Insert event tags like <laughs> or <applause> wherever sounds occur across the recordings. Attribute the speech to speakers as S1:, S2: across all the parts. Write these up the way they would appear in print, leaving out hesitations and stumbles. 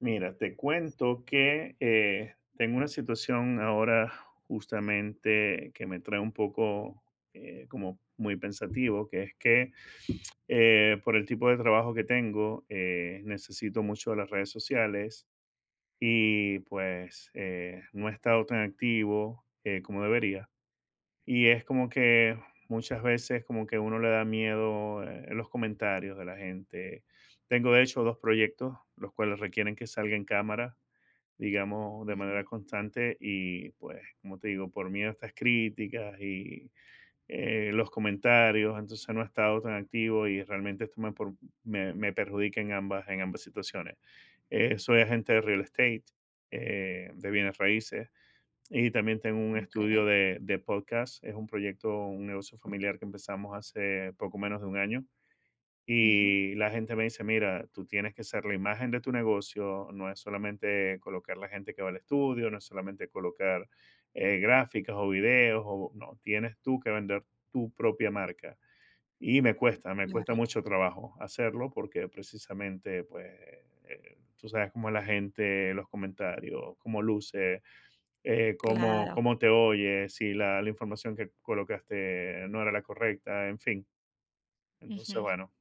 S1: Mira, te cuento que tengo una situación ahora justamente que me trae un poco como muy pensativo, que es que por el tipo de trabajo que tengo, necesito mucho de las redes sociales y pues no he estado tan activo como debería. Y es como que muchas veces como que uno le da miedo los comentarios de la gente. Tengo de hecho dos proyectos, los cuales requieren que salga en cámara, digamos, de manera constante y pues, como te digo, por miedo a estas críticas y los comentarios, entonces no he estado tan activo y realmente esto me perjudica en ambas situaciones. Soy agente de real estate, de bienes raíces y también tengo un
S2: Okey.
S1: estudio de podcast. Es un proyecto, un negocio familiar que empezamos hace poco menos de un año.
S2: Ujú.
S1: Y la gente me dice, mira, tú tienes que ser la imagen de tu negocio, no es solamente colocar la gente que va al estudio, no es solamente colocar gráficas o videos, o, no, tienes tú que vender tu propia marca. Y me cuesta mucho trabajo hacerlo porque precisamente, pues, tú sabes cómo es la gente, los comentarios, cómo luce, eh, cómo,
S2: Claro.
S1: cómo te oyes, si la información que colocaste no era la correcta, en fin. Entonces,
S2: Ujú.
S1: bueno,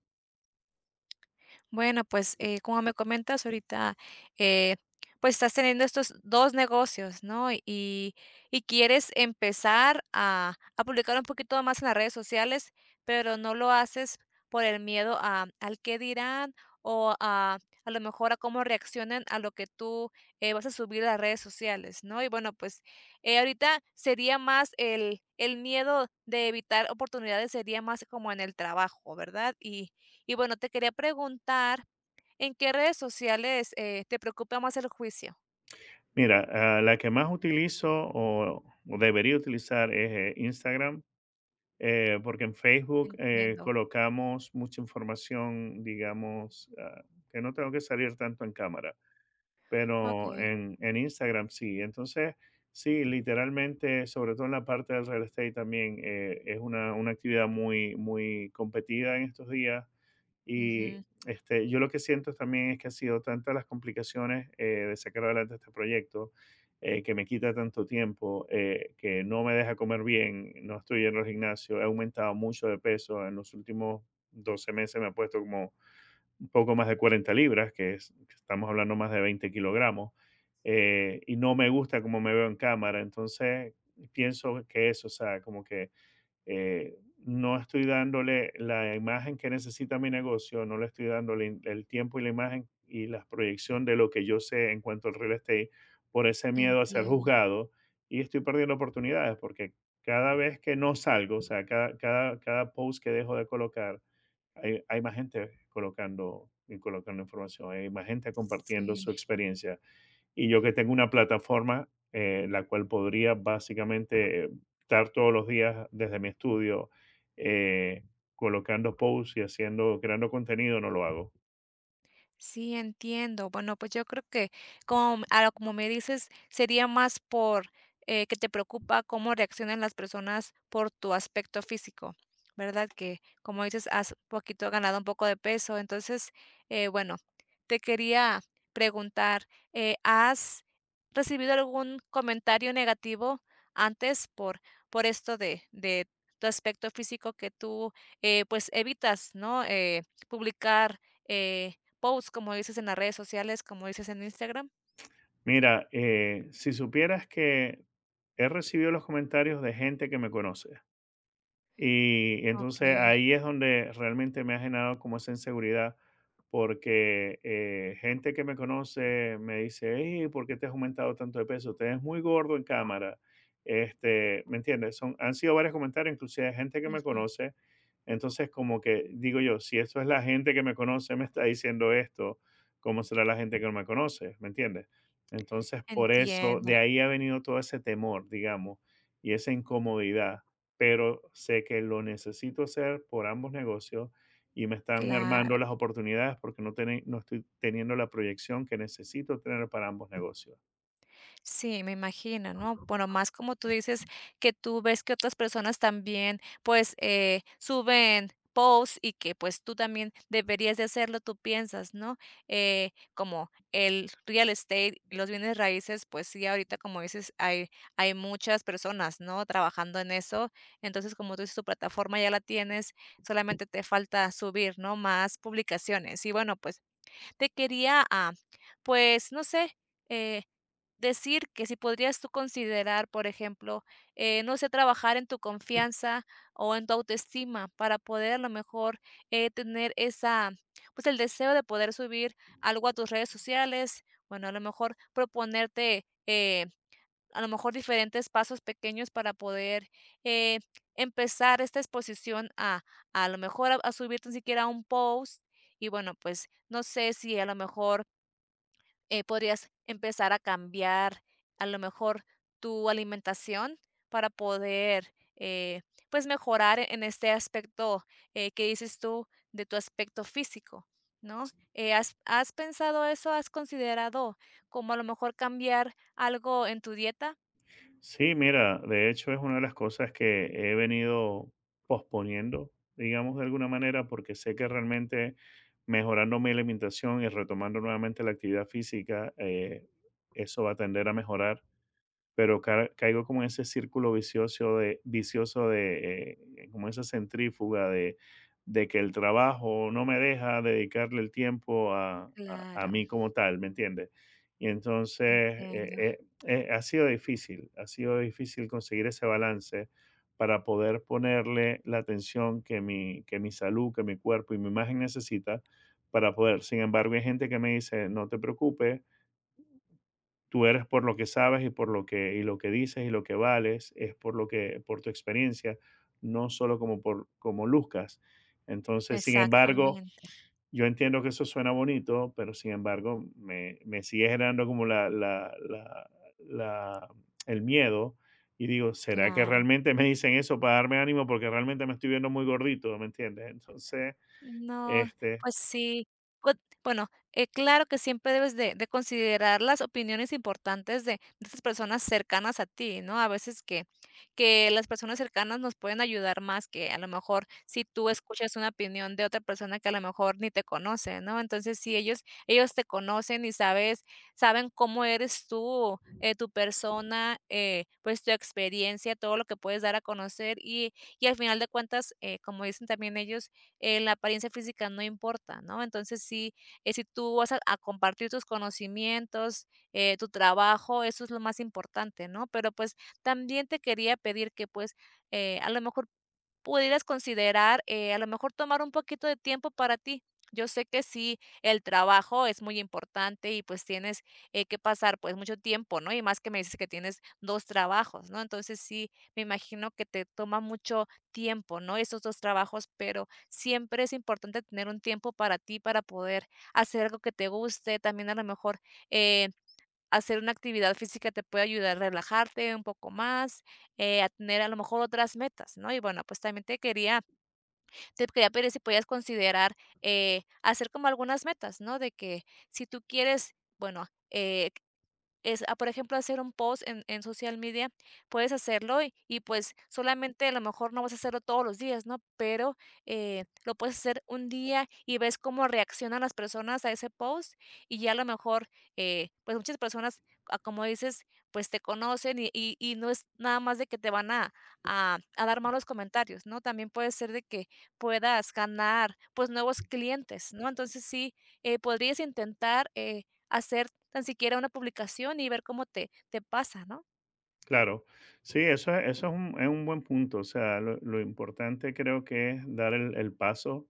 S2: Bueno, pues, como me comentas ahorita, eh, pues, estás teniendo estos 2 negocios, ¿no? Y quieres empezar a publicar un poquito más en las redes sociales, pero no lo haces por el miedo a al qué dirán, o a lo mejor a cómo reaccionan a lo que tú, vas a subir a las redes sociales, ¿no? Y bueno, pues, ahorita sería más el miedo de evitar oportunidades, sería más como en el trabajo, ¿verdad? Y bueno, te quería preguntar, ¿en qué redes sociales, te preocupa más el juicio?
S1: mira, la que más utilizo o debería utilizar es Instagram, porque en Facebook
S2: Entiendo.
S1: colocamos mucha información, digamos, que no tengo que salir tanto en cámara, pero
S2: Okey.
S1: en Instagram sí. Entonces, sí, literalmente, sobre todo en la parte del real estate también, es una actividad muy, muy competida en estos días. Y
S2: Ujú.
S1: este, yo lo que siento también es que han sido tantas las complicaciones de sacar adelante este proyecto, que me quita tanto tiempo, que no me deja comer bien, no estoy en el gimnasio, he aumentado mucho de peso, en los últimos 12 meses me he puesto como un poco más de 40 libras, que es, que estamos hablando más de 20 kilogramos, y no me gusta como me veo en cámara, entonces pienso que eso, o sea, como que no estoy dándole la imagen que necesita mi negocio, no le estoy dando el tiempo y la imagen y la proyección de lo que yo sé en cuanto al real estate por ese miedo a ser
S2: Entiendo.
S1: juzgado y estoy perdiendo oportunidades porque cada vez que no salgo, o sea, cada post que dejo de colocar, hay más gente colocando, y colocando información, hay más gente compartiendo su
S2: Sí.
S1: experiencia y yo que tengo una plataforma, la cual podría básicamente estar todos los días desde mi estudio eh, colocando posts y haciendo, creando contenido, no lo hago.
S2: Sí, entiendo. Bueno, pues yo creo que como, a lo como me dices, sería más por que te preocupa cómo reaccionan las personas por tu aspecto físico, ¿verdad? Que como dices, has poquito ganado un poco de peso. Entonces, bueno, te quería preguntar, ¿has recibido algún comentario negativo antes por esto de tu aspecto físico que tú pues evitas, ¿no? Publicar. Eh, posts, como dices, en las redes sociales, como dices en Instagram.
S1: Mira, si supieras que he recibido los comentarios de gente que me conoce. Y entonces
S2: Okey,
S1: ahí es donde realmente me ha generado como esa inseguridad, porque gente que me conoce me dice, hey, ¿por qué te has aumentado tanto de peso? Te ves muy gordo en cámara. Este, ¿me entiendes? Han sido varios comentarios, inclusive de gente que me
S2: ujú,
S1: conoce. Entonces, como que digo yo, si esto es la gente que me conoce, me está diciendo esto, ¿cómo será la gente que no me conoce? ¿Me entiendes? Entonces, por eso, de
S2: entiendo,
S1: ahí ha venido todo ese temor, digamos, y esa incomodidad, pero sé que lo necesito hacer por ambos negocios y me están
S2: claro.
S1: armando las oportunidades porque no estoy teniendo la proyección que necesito tener para ambos negocios.
S2: Sí, me imagino, ¿no? Bueno, más como tú dices, que tú ves que otras personas también, pues, suben posts y que, pues, tú también deberías de hacerlo, tú piensas, ¿no? Como el real estate, los bienes raíces, pues sí, ahorita como dices, hay muchas personas, ¿no? Trabajando en eso. Entonces, como tú dices, tu plataforma ya la tienes, solamente te falta subir, ¿no? Más publicaciones. Y bueno, pues te quería, pues, no sé, eh, decir que si podrías tú considerar, por ejemplo, no sé, trabajar en tu confianza o en tu autoestima para poder a lo mejor tener esa, pues el deseo de poder subir algo a tus redes sociales, bueno, a lo mejor proponerte... a lo mejor diferentes pasos pequeños para poder, eh, empezar esta exposición a lo mejor a subir tan siquiera un post y bueno, pues, no sé si a lo mejor, podrías empezar a cambiar a lo mejor tu alimentación para poder, pues, mejorar en este aspecto, que dices tú de tu aspecto físico, ¿no? Has pensado eso? ¿Has considerado como a lo mejor cambiar algo en tu dieta?
S1: Sí, mira, de hecho es una de las cosas que he venido posponiendo, digamos de alguna manera, porque sé que realmente mejorando mi alimentación y retomando nuevamente la actividad física, eso va a tender a mejorar, pero caigo como en ese círculo vicioso de, como esa centrífuga de, que el trabajo no me deja dedicarle el tiempo a
S2: Claro,
S1: mí como tal, ¿me entiendes? Y entonces
S2: entiendo.
S1: ha sido difícil conseguir ese balance para poder ponerle la atención que mi salud, que mi cuerpo y mi imagen necesita para poder. Sin embargo, hay gente que me dice, no te preocupes, tú eres por lo que sabes y por lo que, y lo que dices y lo que vales, es por lo que, por tu experiencia, no solo como por como luzcas. Entonces, sin embargo,
S2: Exactamente,
S1: yo entiendo que eso suena bonito, pero sin embargo, me sigue generando como la- el miedo. Y digo, ¿será que
S2: claro.
S1: realmente me dicen eso para darme ánimo? Porque realmente me estoy viendo muy gordito, ¿me entiendes? Entonces,
S2: No,
S1: este,
S2: pues sí. Bue bueno, claro que siempre debes de considerar las opiniones importantes de esas personas cercanas a ti, ¿no? A veces que las personas cercanas nos pueden ayudar más que a lo mejor si tú escuchas una opinión de otra persona que a lo mejor ni te conoce, ¿no? Entonces, si ellos te conocen y saben cómo eres tú, tu persona, pues, tu experiencia, todo lo que puedes dar a conocer y al final de cuentas, como dicen también ellos la apariencia física no importa, ¿no? Entonces, sí, si tú vas a compartir tus conocimientos, tu trabajo, eso es lo más importante, ¿no? Pero pues también te quería pedir que pues a lo mejor pudieras considerar, a lo mejor tomar un poquito de tiempo para ti. Yo sé que sí, el trabajo es muy importante y pues tienes que pasar pues mucho tiempo, ¿no? Y más que me dices que tienes dos trabajos, ¿no? Entonces sí, me imagino que te toma mucho tiempo, ¿no? Esos dos trabajos, pero siempre es importante tener un tiempo para ti, para poder hacer algo que te guste, también a lo mejor eh, hacer una actividad física te puede ayudar a relajarte un poco más, a tener a lo mejor otras metas, ¿no? Y bueno, pues también te quería, pedir si podías considerar hacer como algunas metas, ¿no? De que si tú quieres, bueno, es, por ejemplo, hacer un post en social media, puedes hacerlo y pues, solamente a lo mejor no vas a hacerlo todos los días, ¿no? Pero, lo puedes hacer un día y ves cómo reaccionan las personas a ese post y ya a lo mejor, pues, muchas personas, como dices, pues, te conocen y no es nada más de que te van a dar malos comentarios, ¿no? También puede ser de que puedas ganar, pues, nuevos clientes, ¿no? Entonces sí, podrías intentar, hacer tan siquiera una publicación y ver cómo te pasa, ¿no?
S1: claro, sí, es un buen punto. O sea, lo importante creo que es dar el paso.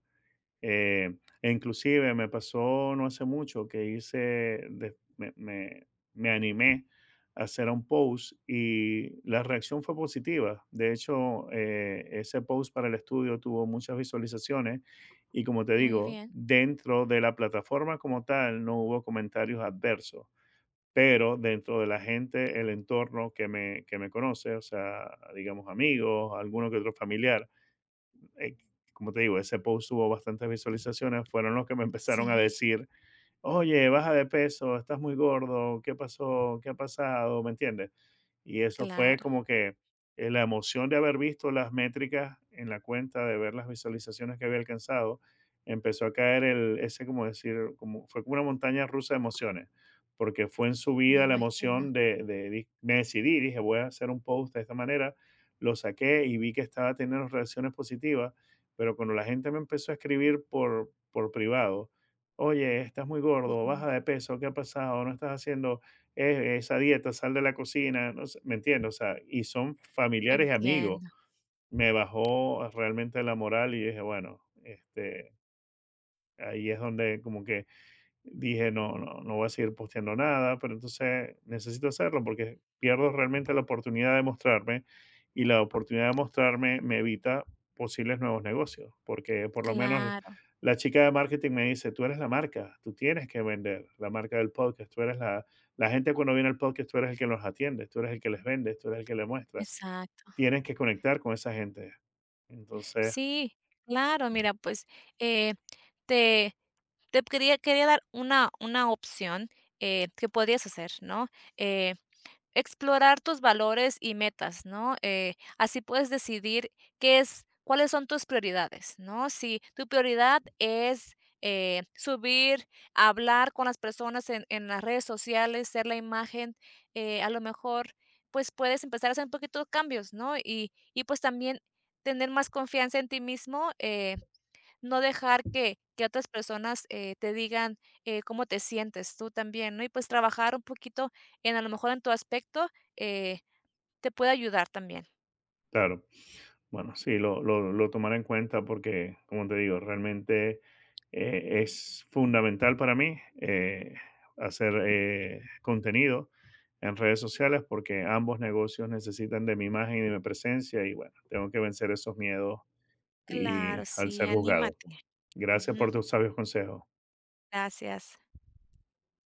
S1: eh, E inclusive me pasó no hace mucho que hice, de- me, me- me animé a hacer un post y la reacción fue positiva. De hecho, ese post para el estudio tuvo muchas visualizaciones y como te
S2: Muy
S1: digo,
S2: bien.
S1: dentro de la plataforma como tal no hubo comentarios adversos. Pero dentro de la gente, el entorno que me conoce, o sea, digamos amigos, alguno que otro familiar, eh, como te digo, ese post tuvo bastantes visualizaciones, fueron los que me <laughs> empezaron a
S2: Sí,
S1: decir, oye, baja de peso, estás muy gordo, ¿qué pasó? ¿Qué ha pasado? ¿Me entiendes? Y eso fue
S2: claro,
S1: como que la emoción de haber visto las métricas en la cuenta, de ver las visualizaciones que había alcanzado, empezó a caer el, ese, como decir, como, fue como una montaña rusa de emociones, porque fue en su
S2: me
S1: vida la
S2: imagino.
S1: emoción de, me decidí, dije, voy a hacer un post de esta manera, lo saqué y vi que estaba teniendo reacciones positivas, pero cuando la gente me empezó a escribir por privado, oye, estás muy gordo,
S2: Ujú,
S1: baja de peso, ¿qué ha pasado? No estás haciendo esa dieta, sal de la cocina, no sé, ¿me entiendes? O sea, y son familiares y amigos.
S2: entiendo.
S1: Me bajó realmente la moral y dije, bueno, este, ahí es donde como que dije, no, no, no voy a seguir posteando nada, pero entonces necesito hacerlo porque pierdo realmente la oportunidad de mostrarme y la oportunidad de mostrarme me evita posibles nuevos negocios, porque por lo menos
S2: Claro,
S1: la chica de marketing me dice, tú eres la marca, tú tienes que vender la marca del podcast, tú eres la, la gente cuando viene al podcast, tú eres el que los atiende, tú eres el que les vende, tú eres el que les muestra,
S2: exacto.
S1: tienes que conectar con esa gente. Entonces...
S2: Sí, claro, mira, pues, eh, te quería dar una opción, que podrías hacer, ¿no? Eh, explorar tus valores y metas, ¿no? Así puedes decidir qué es, cuáles son tus prioridades, ¿no? Si tu prioridad es subir, hablar con las personas en las redes sociales, ser la imagen, a lo mejor, pues puedes empezar a hacer un poquito de cambios, ¿no? Y pues también tener más confianza en ti mismo. No dejar que otras personas, te digan, cómo te sientes tú también, ¿no? Y, pues, trabajar un poquito en, a lo mejor, en tu aspecto, eh, te puede ayudar también.
S1: Claro. Bueno, sí, lo tomaré en cuenta porque, como te digo, realmente es fundamental para mí hacer contenido en redes sociales porque ambos negocios necesitan de mi imagen y de mi presencia y bueno, tengo que vencer esos miedos y
S2: Claro,
S1: al
S2: sí,
S1: ser juzgado.
S2: anímate.
S1: Gracias por
S2: Ujú,
S1: tus sabios consejos.
S2: gracias.